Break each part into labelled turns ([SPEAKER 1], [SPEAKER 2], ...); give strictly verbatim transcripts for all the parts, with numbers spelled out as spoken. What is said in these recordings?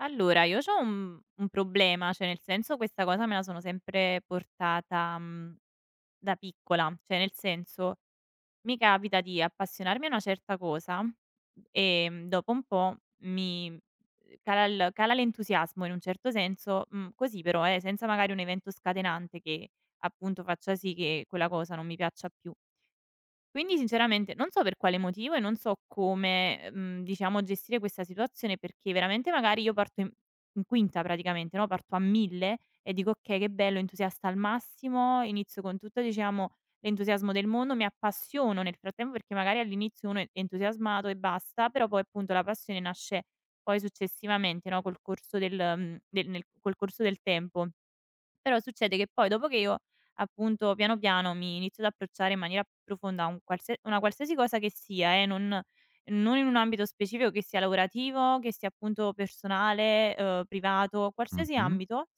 [SPEAKER 1] Allora, io c'ho un un problema, cioè nel senso questa cosa me la sono sempre portata, mhmm, da piccola, cioè nel senso, mi capita di appassionarmi a una certa cosa, ehm, dopo un po' mi ehm, cala il cala l'entusiasmo in un certo senso, mhmm, così però eh, senza magari un evento scatenante che appunto faccia sì che quella cosa non mi piaccia più. Quindi sinceramente non so per quale motivo e non so come, mhmm, diciamo gestire questa situazione perché veramente magari io parto in in quinta praticamente, no, parto a mille e dico: "Okay, che bello, entusiasta al massimo", inizio con tutto, diciamo, l'entusiasmo del mondo, mi appassiono nel frattempo perché magari all'inizio uno è entusiasmato e basta, però poi appunto la passione nasce poi successivamente, no, col corso del mhmm, del nel col corso del tempo. Però succede che poi dopo che io, appunto, piano piano mi inizio ad approcciare in maniera più profonda a un qualsia una qualsiasi cosa che sia, eh, non non in un ambito specifico che sia lavorativo, che sia appunto personale, uhm, privato, qualsiasi
[SPEAKER 2] Mh-mh.
[SPEAKER 1] ambito,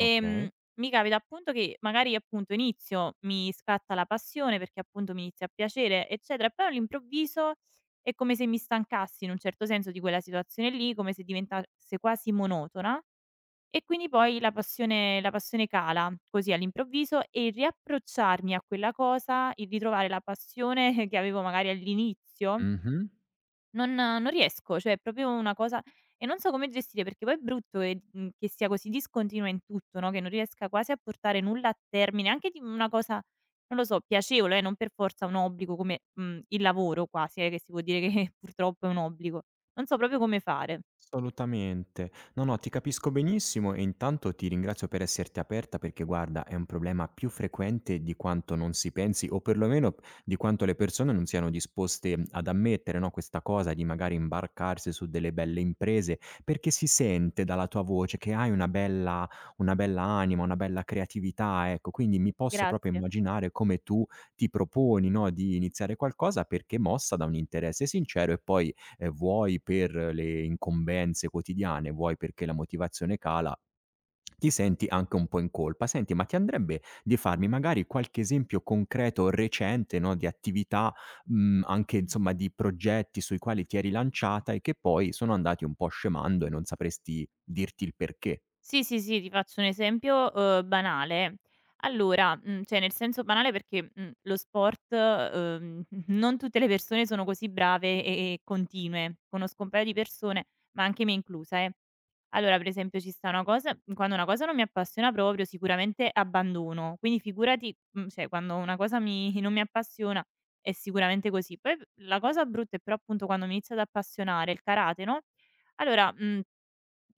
[SPEAKER 2] Okay.
[SPEAKER 1] mi capita appunto che magari, appunto, inizio, mi scatta la passione perché appunto mi inizia a piacere, eccetera, e poi all'improvviso è come se mi stancassi in un certo senso di quella situazione lì, come se diventasse quasi monotona e quindi poi la passione la passione cala, così all'improvviso, e il riapprocciarmi a quella cosa, il ritrovare la passione che avevo magari all'inizio,
[SPEAKER 2] Mh-mh.
[SPEAKER 1] non non riesco, cioè è proprio una cosa e non so come gestire, perché poi è brutto e mhmm, che sia così discontinua in tutto, no, che non riesca quasi a portare nulla a termine, anche di una cosa, non lo so, piacevole, eh, non per forza un obbligo come, mhmm, il lavoro quasi, eh, che si può dire che purtroppo è un obbligo. Non so proprio come fare.
[SPEAKER 2] Assolutamente. No, no, ti capisco benissimo e intanto ti ringrazio per esserti aperta perché guarda, è un problema più frequente di quanto non si pensi o perlomeno di quanto le persone non siano disposte mhmm, ad ammettere, no, questa cosa di magari imbarcarsi su delle belle imprese, perché si sente dalla tua voce che hai una bella una bella anima, una bella creatività, ecco. Quindi mi posso proprio
[SPEAKER 1] Grazie.
[SPEAKER 2] immaginare come tu ti proponi, no, di iniziare qualcosa perché mossa da un interesse sincero e poi ehm, vuoi per le incombenze quotidiane, vuoi perché la motivazione cala, ti senti anche un po' in colpa. Senti, ma ti andrebbe di farmi magari qualche esempio concreto recente, no, di attività, mhmm, anche insomma di progetti sui quali ti eri lanciata e che poi sono andati un po' scemando e non sapresti dirti il perché?
[SPEAKER 1] Sì, sì, sì, ti faccio un esempio, uhm, banale. Allora, mhmm, cioè nel senso banale perché, mhmm, lo sport, uhm, non tutte le persone sono così brave e e continue. Conosco un paio di persone, ma anche me inclusa, eh. Allora, per esempio, ci sta una cosa, mhmm, quando una cosa non mi appassiona proprio, sicuramente abbandono. Quindi figurati, mhmm, cioè quando una cosa mi non mi appassiona è sicuramente così. Poi la cosa brutta è però appunto quando mi inizia ad appassionare il karate, no, allora, mhmm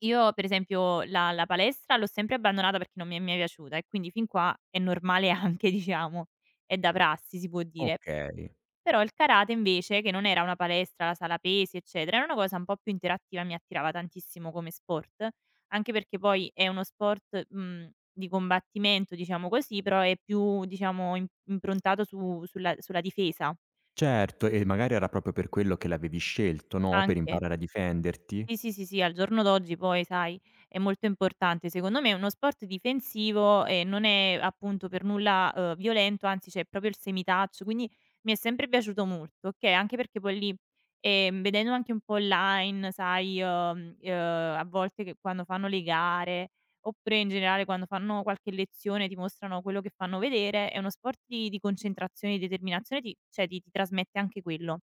[SPEAKER 1] io per esempio la la palestra l'ho sempre abbandonata perché non mi è mai piaciuta e quindi fin qua è normale anche, diciamo, è da prassi si può dire.
[SPEAKER 2] Okay.
[SPEAKER 1] Però il karate invece, che non era una palestra, la sala pesi eccetera, era una cosa un po' più interattiva, mi attirava tantissimo come sport, anche perché poi è uno sport, mhmm, di combattimento diciamo così, però è più diciamo im improntato su sulla sulla difesa
[SPEAKER 2] Certo, e magari era proprio per quello che l'avevi scelto, no, per
[SPEAKER 1] anche.
[SPEAKER 2] imparare a difenderti?
[SPEAKER 1] Sì, sì, sì, sì, al giorno d'oggi poi sai, è molto importante. Secondo me è uno sport difensivo e non è appunto per nulla, uhm, violento, anzi c'è proprio il semitaccio, quindi mi è sempre piaciuto molto, okay, anche perché poi lì, ehm, vedendo anche un po' online sai, uhm, uhm, a volte che quando fanno le gare, oppure in generale quando fanno qualche lezione, ti mostrano quello che fanno vedere, è uno sport di di concentrazione e di determinazione, ti cioè ti ti trasmette anche quello.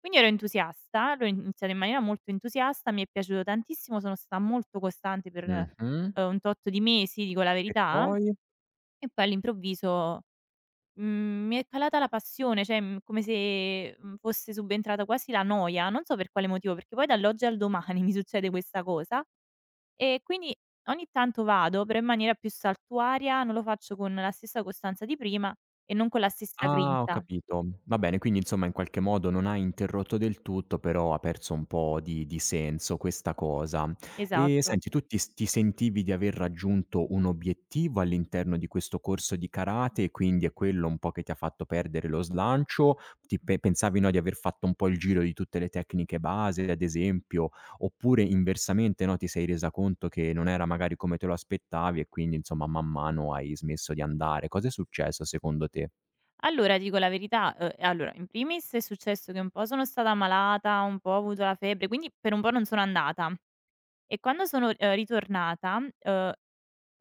[SPEAKER 1] Quindi ero entusiasta, l'ho iniziato in maniera molto entusiasta, mi è piaciuto tantissimo, sono stata molto costante per, ehm,
[SPEAKER 2] Mh-mh.
[SPEAKER 1] un tot di mesi, dico la
[SPEAKER 2] E
[SPEAKER 1] verità,
[SPEAKER 2] poi?
[SPEAKER 1] e poi all'improvviso, mhmm, mi è calata la passione, cioè, mhmm, come se, mhmm, fosse subentrata quasi la noia, non so per quale motivo, perché poi dall'oggi al domani mi succede questa cosa e quindi ogni tanto vado, però in maniera più saltuaria, non lo faccio con la stessa costanza di prima e non con la stessa
[SPEAKER 2] Ah, ho
[SPEAKER 1] grinta.
[SPEAKER 2] capito. Va bene, quindi insomma in qualche modo non ha interrotto del tutto, però ha perso un po' di di senso questa cosa. E
[SPEAKER 1] Esatto.
[SPEAKER 2] senti, tu ti s ti sentivi di aver raggiunto un obiettivo all'interno di questo corso di karate e quindi è quello un po' che ti ha fatto perdere lo slancio? Ti pe pensavi, no, di aver fatto un po' il giro di tutte le tecniche base, ad esempio, oppure inversamente, no, ti sei resa conto che non era magari come te lo aspettavi e quindi insomma man mano hai smesso di andare. Cosa è successo secondo te?
[SPEAKER 1] Allora, ti dico la verità, uhm, allora in primis è successo che un po' sono stata malata, un po' ho avuto la febbre, quindi per un po' non sono andata e quando sono, uhm, ritornata, uhm,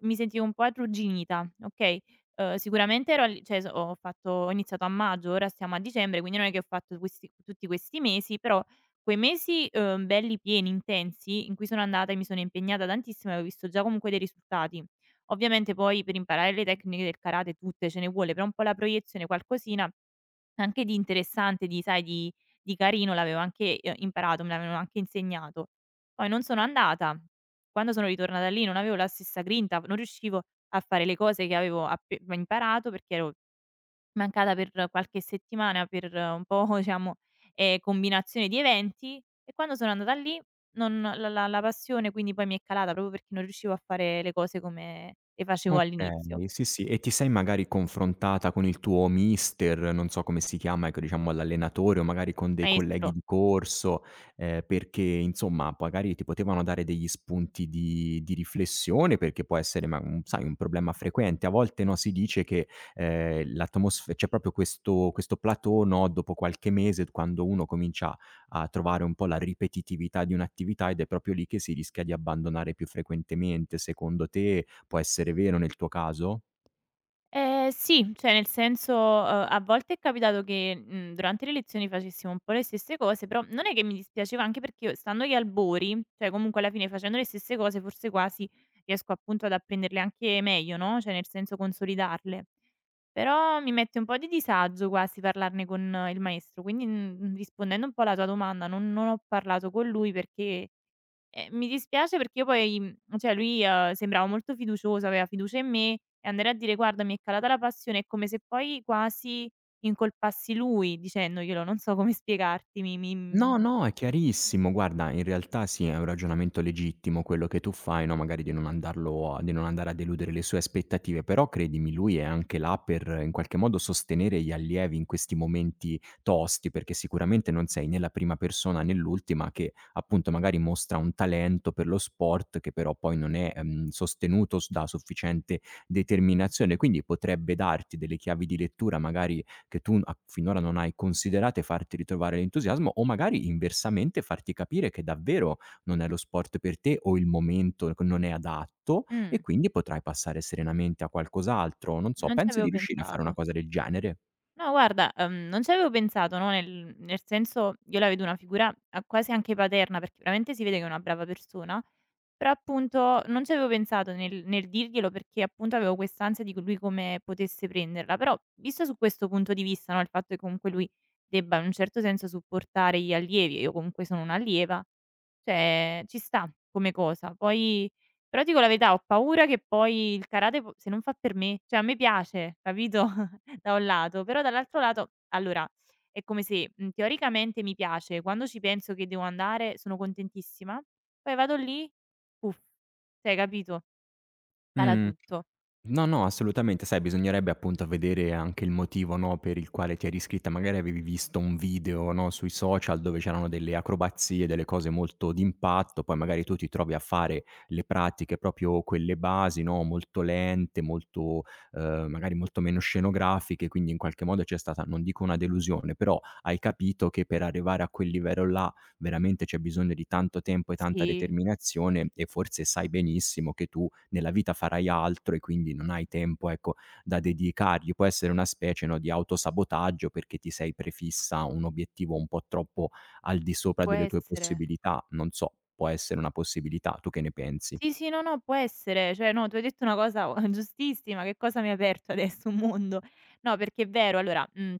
[SPEAKER 1] mi sentivo un po' arrugginita, okay, uhm, sicuramente ero al cioè so ho fatto ho iniziato a maggio, ora stiamo a dicembre, quindi non è che ho fatto questi tutti questi mesi, però quei mesi, uhm, belli pieni, intensi, in cui sono andata e mi sono impegnata tantissimo e avevo visto già comunque dei risultati. Ovviamente poi per imparare le tecniche del karate tutte ce ne vuole, però un po' la proiezione, qualcosina anche di interessante, di sai, di di carino l'avevo anche, ehm, imparato, me l'avevano anche insegnato. Poi non sono andata, quando sono ritornata lì non avevo la stessa grinta, non riuscivo a fare le cose che avevo appe imparato perché ero mancata per qualche settimana, per eh, un po', diciamo, ehm, combinazione di eventi, e quando sono andata lì non la la la passione quindi poi mi è calata proprio perché non riuscivo a fare le cose come le facevo all'inizio.
[SPEAKER 2] Okay, sì, sì. E ti sei magari confrontata con il tuo mister, non so come si chiama, ecco, diciamo l'allenatore o magari con dei colleghi
[SPEAKER 1] Maestro.
[SPEAKER 2] di corso, ehm, perché insomma magari ti potevano dare degli spunti di di riflessione, perché può essere ma un sai, un problema frequente. A volte, no, si dice che, ehm, l'atmosf c'è proprio questo questo plateau, no, dopo qualche mese quando uno comincia a trovare un po' la ripetitività di un'attività ed è proprio lì che si rischia di abbandonare più frequentemente. Secondo te può essere vero nel tuo caso?
[SPEAKER 1] Ehm, sì, cioè nel senso, uhm, a volte è capitato che, mhmm, durante le lezioni facessimo un po' le stesse cose, però non è che mi dispiaceva, anche perché io stando agli albori, cioè comunque alla fine facendo le stesse cose forse quasi riesco appunto ad apprenderle anche meglio, no, cioè nel senso consolidarle. Però mi mette un po' di disagio quasi parlarne con, eh, il maestro, quindi, mhmm, rispondendo un po' alla tua domanda, non non ho parlato con lui perché, eh, mi dispiace perché io poi, mhmm, cioè lui, uhm, sembrava molto fiducioso, aveva fiducia in me e andare a dire: "Guarda, mi è calata la passione", è come se poi quasi incolpassi lui dicendoglielo, non so come spiegarti. mi mi
[SPEAKER 2] No,
[SPEAKER 1] mhmm,
[SPEAKER 2] no, è chiarissimo. Guarda, in realtà sì, è un ragionamento legittimo quello che tu fai, no, magari di non andarlo a di non andare a deludere le sue aspettative, però credimi, lui è anche là per, eh, in qualche modo, sostenere gli allievi in questi momenti tosti, perché sicuramente non sei né la prima persona né l'ultima che, appunto, magari mostra un talento per lo sport che però poi non è, ehm, sostenuto s da sufficiente determinazione. Quindi potrebbe darti delle chiavi di lettura magari che tu a finora non hai considerato e farti ritrovare l'entusiasmo o magari inversamente farti capire che davvero non è lo sport per te o il momento c non è adatto
[SPEAKER 1] Mh.
[SPEAKER 2] e quindi potrai passare serenamente a qualcos'altro. Non so,
[SPEAKER 1] Non ci
[SPEAKER 2] pensi
[SPEAKER 1] avevo
[SPEAKER 2] di riuscire a fare una
[SPEAKER 1] pensato.
[SPEAKER 2] cosa del genere?
[SPEAKER 1] No guarda, uhm, non ci avevo pensato, no, nel nel senso io la vedo una figura a quasi anche paterna, perché veramente si vede che è una brava persona. Però appunto non ci avevo pensato nel nel dirglielo perché appunto avevo quest'ansia di co lui come potesse prenderla, però visto su questo punto di vista, no, il fatto che comunque lui debba in un certo senso supportare gli allievi, e io comunque sono un'allieva, cioè ci sta come cosa. Poi però dico la verità, ho paura che poi il karate po se non fa per me, cioè a me piace, capito, da un lato, però dall'altro lato allora è come se, mhmm, teoricamente mi piace, quando ci penso che devo andare sono contentissima, poi vado lì. Uff, cioè capito? Cala
[SPEAKER 2] Mh.
[SPEAKER 1] tutto.
[SPEAKER 2] No, no, assolutamente. Sai, bisognerebbe appunto vedere anche il motivo, no, per il quale ti eri iscritta. Magari avevi visto un video, no, sui social dove c'erano delle acrobazie, delle cose molto d'impatto, poi magari tu ti trovi a fare le pratiche proprio quelle basi, no, molto lente, molto, eh, magari molto meno scenografiche, quindi in qualche modo c'è stata, non dico una delusione, però hai capito che per arrivare a quel livello là veramente c'è bisogno di tanto tempo e tanta
[SPEAKER 1] Sì,
[SPEAKER 2] determinazione e forse sai benissimo che tu nella vita farai altro e quindi non hai tempo, ecco, da dedicargli. Può essere una specie, no, di autosabotaggio perché ti sei prefissa un obiettivo un po' troppo al di sopra
[SPEAKER 1] può
[SPEAKER 2] delle tue
[SPEAKER 1] essere.
[SPEAKER 2] possibilità, non so, può essere una possibilità. Tu che ne pensi?
[SPEAKER 1] Sì, sì, no, no, può essere. Cioè, no, tu hai detto una cosa giustissima, che cosa mi hai aperto adesso un mondo. No, perché è vero, allora, mhmm,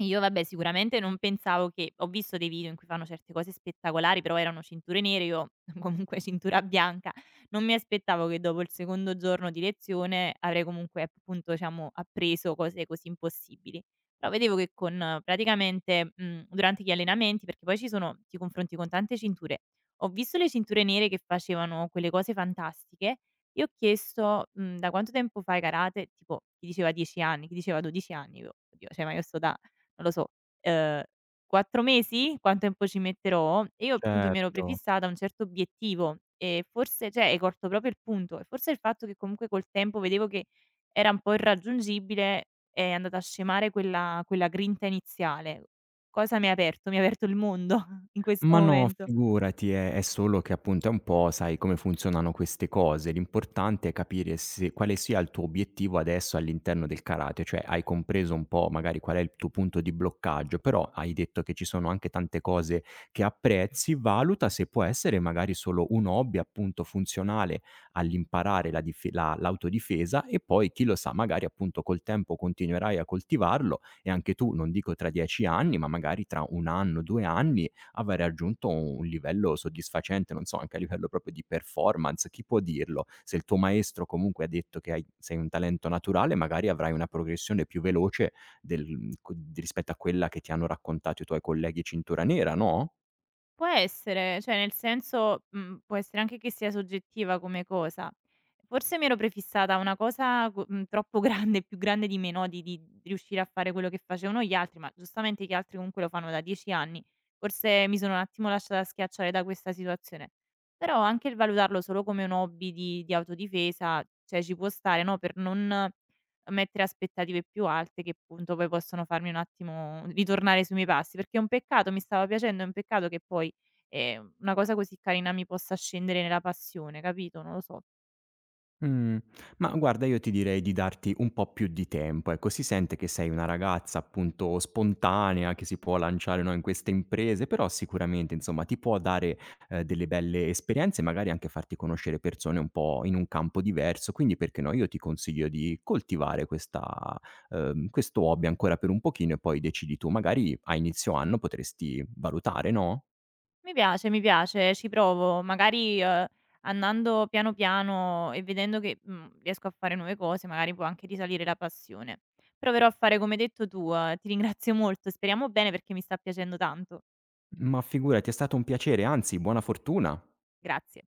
[SPEAKER 1] io vabbè sicuramente non pensavo che ho visto dei video in cui fanno certe cose spettacolari, però erano cinture nere, io comunque cintura bianca, non mi aspettavo che dopo il secondo giorno di lezione avrei comunque appunto, diciamo, appreso cose così impossibili. Però vedevo che con, eh, praticamente, mhmm, durante gli allenamenti perché poi ci sono ti confronti con tante cinture, ho visto le cinture nere che facevano quelle cose fantastiche e ho chiesto, mhmm: "Da quanto tempo fai karate?" Tipo chi diceva 10 anni, chi diceva 12 anni, io: "Oddio, cioè ma io sto da non lo so, uhm, 4 mesi? Quanto tempo ci metterò?" E io appunto mi ero
[SPEAKER 2] Certo.
[SPEAKER 1] prefissata un certo obiettivo e forse cioè hai colto proprio il punto, e forse il fatto che comunque col tempo vedevo che era un po' irraggiungibile è andata a scemare quella quella grinta iniziale. Cosa mi ha aperto? Mi ha aperto il mondo in questo
[SPEAKER 2] Ma no,
[SPEAKER 1] momento.
[SPEAKER 2] figurati, è è solo che appunto è un po' sai come funzionano queste cose. L'importante è capire se quale sia il tuo obiettivo adesso all'interno del karate, cioè hai compreso un po' magari qual è il tuo punto di bloccaggio, però hai detto che ci sono anche tante cose che apprezzi, valuta se può essere magari solo un hobby appunto funzionale all'imparare la dif la l'autodifesa e poi chi lo sa, magari appunto col tempo continuerai a coltivarlo e anche tu, non dico tra dieci anni, ma magari tra un anno, due anni aver raggiunto un livello soddisfacente, non so, anche a livello proprio di performance, chi può dirlo? Se il tuo maestro comunque ha detto che hai sei un talento naturale, magari avrai una progressione più veloce del mhmm, co di- rispetto a quella che ti hanno raccontato i tuoi colleghi cintura nera, no?
[SPEAKER 1] Può essere, cioè nel senso, mhmm, può essere anche che sia soggettiva come cosa. Forse mi ero prefissata una cosa co mhmm, troppo grande, più grande di me, no, di di riuscire a fare quello che facevano gli altri, ma giustamente gli altri comunque lo fanno da 10 anni. Forse mi sono un attimo lasciata schiacciare da questa situazione. Però anche il valutarlo solo come un hobby di di autodifesa, cioè ci può stare, no, per non mettere aspettative più alte che appunto poi possono farmi un attimo ritornare sui miei passi, perché è un peccato, mi stava piacendo, è un peccato che poi, ehm, una cosa così carina mi possa scendere nella passione, capito? Non lo so.
[SPEAKER 2] Mh. Ma guarda io ti direi di darti un po' più di tempo, ecco. Si sente che sei una ragazza appunto spontanea, che si può lanciare, no, in queste imprese, però sicuramente insomma ti può dare, ehm, delle belle esperienze, magari anche farti conoscere persone un po' in un campo diverso, quindi perché no, io ti consiglio di coltivare questa ehm, questo hobby ancora per un pochino e poi decidi tu. Magari a inizio anno potresti valutare, no?
[SPEAKER 1] Mi piace, mi piace, ci provo, magari, uhm, andando piano piano e vedendo che, mhmm, riesco a fare nuove cose, magari può anche risalire la passione. Proverò a fare come hai detto tu, uhm, ti ringrazio molto, speriamo bene perché mi sta piacendo tanto.
[SPEAKER 2] Ma figurati, è stato un piacere, anzi buona fortuna.
[SPEAKER 1] Grazie.